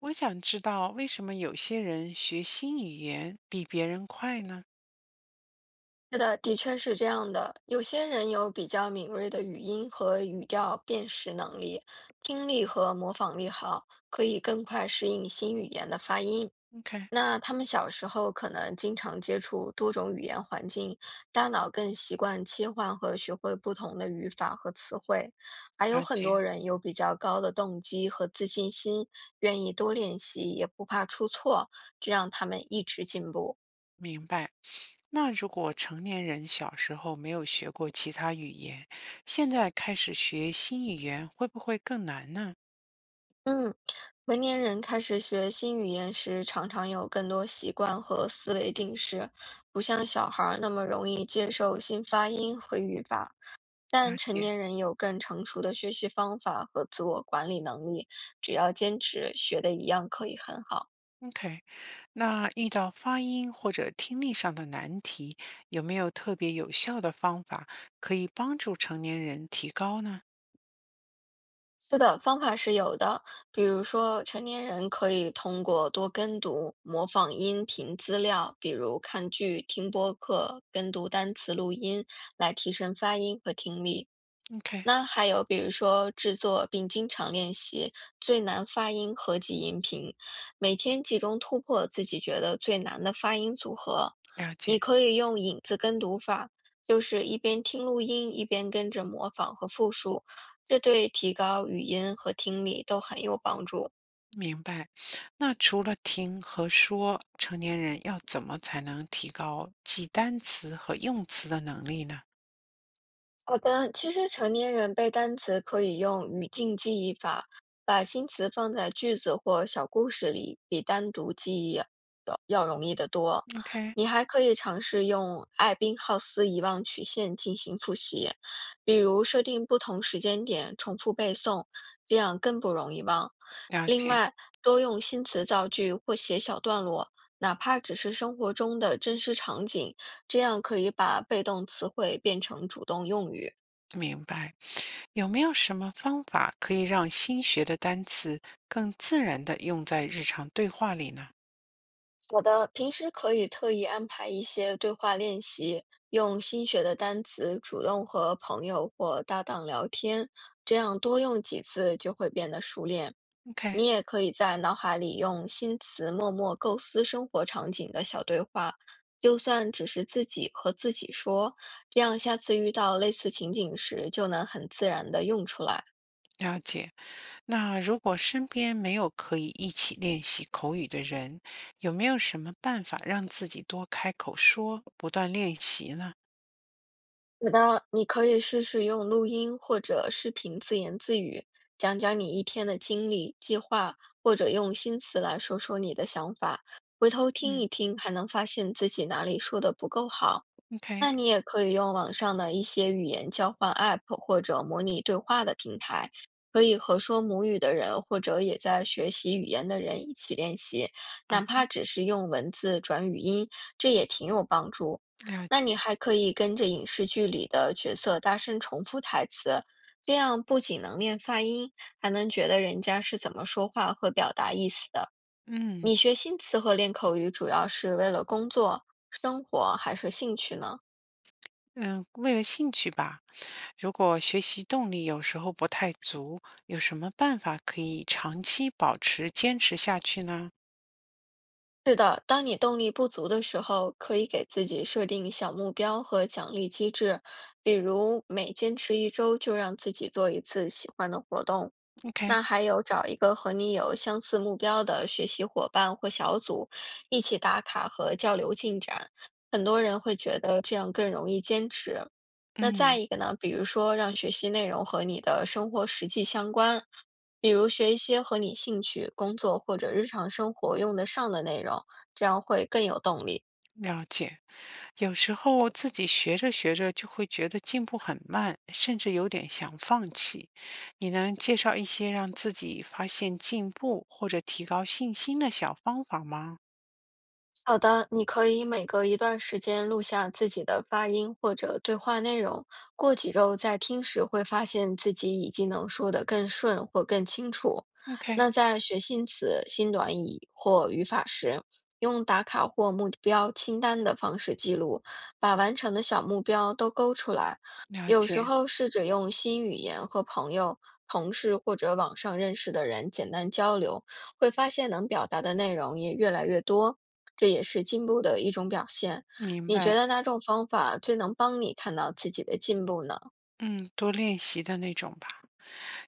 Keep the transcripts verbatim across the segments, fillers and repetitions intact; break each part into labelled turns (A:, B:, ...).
A: 我想知道为什么有些人学新语言比别人快呢
B: 是的，的确是这样的。有些人有比较敏锐的语音和语调辨识能力，听力和模仿力好，可以更快适应新语言的发音。
A: ？OK。
B: 那他们小时候可能经常接触多种语言环境，大脑更习惯切换和学会不同的语法和词汇。还有
A: 了
B: 很
A: 解。
B: 多人有比较高的动机和自信心，愿意多练习，也不怕出错，这让他们一直进步。
A: 明白。那如果成年人小时候没有学过其他语言，现在开始学新语言，会不会更难呢？
B: 嗯，成年人开始学新语言时，常常有更多习惯和思维定式，不像小孩儿那么容易接受新发音和语法。
A: 了
B: 但成
A: 解。
B: 年人有更成熟的学习方法和自我管理能力，只要坚持，学的一样可以很好。
A: OK。那遇到发音或者听力上的难题，有没有特别有效的方法可以帮助成年人提高呢
B: 是的，方法是有的，比如说成年人可以通过多跟读、模仿音频资料，比如看剧、听播客、跟读单词录音，来提升发音和听力。
A: ？OK。
B: 那还有比如说制作并经常练习最难发音合集音频，每天集中突破自己觉得最难的发音组合。
A: 了
B: 你
A: 解。
B: 可以用影子跟读法，就是一边听录音一边跟着模仿和复述，这对提高语音和听力都很有帮助。
A: 明白。那除了听和说，成年人要怎么才能提高记单词和用词的能力呢
B: 好的，其实成年人背单词可以用语境记忆法，把新词放在句子或小故事里，比单独记忆要要容易得多。
A: ？OK。
B: 你还可以尝试用艾宾浩斯遗忘曲线进行复习，比如设定不同时间点重复背诵，这样更不容易忘。
A: 了
B: 另
A: 解。
B: 外，多用新词造句或写小段落，哪怕只是生活中的真实场景。这样可以把被动词汇变成主动用语。
A: 明白。有没有什么方法可以让新学的单词更自然的用在日常对话里呢
B: 好的，平时可以特意安排一些对话练习，用新学的单词主动和朋友或搭档聊天，这样多用几次就会变得熟练。
A: ？OK。
B: 你也可以在脑海里用新词默默构思生活场景的小对话，就算只是自己和自己说，这样下次遇到类似情景时就能很自然的用出来。
A: 了解。那如果身边没有可以一起练习口语的人，有没有什么办法让自己多开口说，不断练习呢？
B: 有的，你可以试试用录音或者视频自言自语，讲讲你一天的经历、计划，或者用新词来说说你的想法。回头听
A: 嗯
B: 一听，还能发现自己哪里说的不够好。
A: ，OK。
B: 那你也可以用网上的一些语言交换 App 或者模拟对话的平台，可以和说母语的人或者也在学习语言的人一起练习，
A: 啊，
B: 哪怕只是用文字转语音，这也挺有帮助。
A: 了
B: 那
A: 解。
B: 你还可以跟着影视剧里的角色大声重复台词，这样不仅能练发音，还能觉得人家是怎么说话和表达意思的。
A: 嗯
B: 你学新词和练口语主要是为了工作、生活还是兴趣呢？
A: 嗯，为了兴趣吧。如果学习动力有时候不太足，有什么办法可以长期保持坚持下去呢
B: 是的，当你动力不足的时候，可以给自己设定小目标和奖励机制，比如每坚持一周就让自己做一次喜欢的活动，
A: ？OK。
B: 那还有找一个和你有相似目标的学习伙伴或小组，一起打卡和交流进展。很多人会觉得这样更容易坚持。那再
A: 嗯。
B: 一个呢，比如说让学习内容和你的生活实际相关，比如学一些和你兴趣、工作或者日常生活用得上的内容，这样会更有动力。
A: 了解。有时候自己学着学着就会觉得进步很慢，甚至有点想放弃。你能介绍一些让自己发现进步或者提高信心的小方法吗
B: 好的，你可以每隔一段时间录下自己的发音或者对话内容，过几周再听时会发现自己已经能说得更顺或更清楚。
A: ？OK。
B: 那在学新词、新短语或语法时，用打卡或目标清单的方式记录，把完成的小目标都勾出来。
A: 了
B: 有
A: 解。
B: 时候试着用新语言和朋友、同事或者网上认识的人简单交流，会发现能表达的内容也越来越多，这也是进步的一种表现。
A: 明
B: 你
A: 白。
B: 觉得哪种方法最能帮你看到自己的进步呢？
A: 嗯，多练习的那种吧。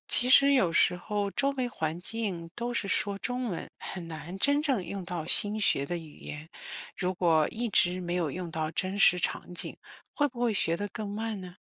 A: 其实有时候周围环境都是说中文，很难真正用到新学的语言。如果一直没有用到真实场景，会不会学得更慢呢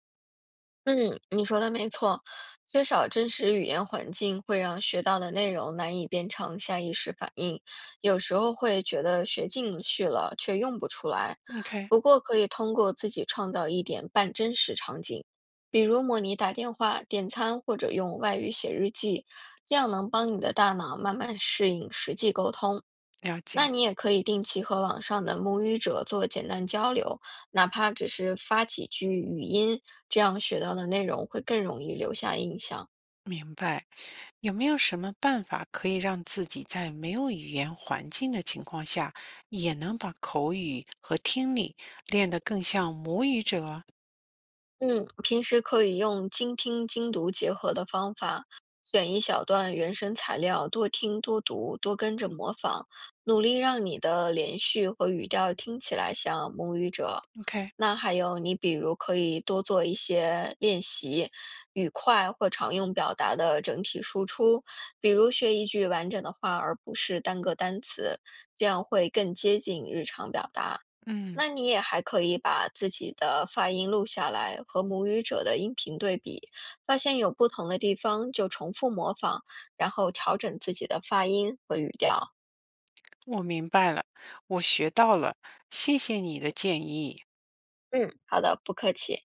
B: 嗯，你说的没错，缺少真实语言环境会让学到的内容难以变成下意识反应，有时候会觉得学进去了却用不出来。
A: ？OK。
B: 不过可以通过自己创造一点半真实场景，比如模拟打电话、点餐或者用外语写日记，这样能帮你的大脑慢慢适应实际沟通。
A: 了解。
B: 那你也可以定期和网上的母语者做简单交流，哪怕只是发几句语音，这样学到的内容会更容易留下印象。
A: 明白。有没有什么办法可以让自己在没有语言环境的情况下，也能把口语和听力练得更像母语者
B: 嗯，平时可以用精听精读结合的方法，选一小段原声材料，多听多读，多跟着模仿，努力让你的连续和语调听起来像母语者。
A: ？OK。
B: 那还有你比如可以多做一些练习，语快或常用表达的整体输出，比如学一句完整的话，而不是单个单词，这样会更接近日常表达。
A: 嗯，
B: 那你也还可以把自己的发音录下来，和母语者的音频对比，发现有不同的地方就重复模仿，然后调整自己的发音和语调。
A: 我明白了，我学到了，谢谢你的建议。
B: 嗯，好的，不客气。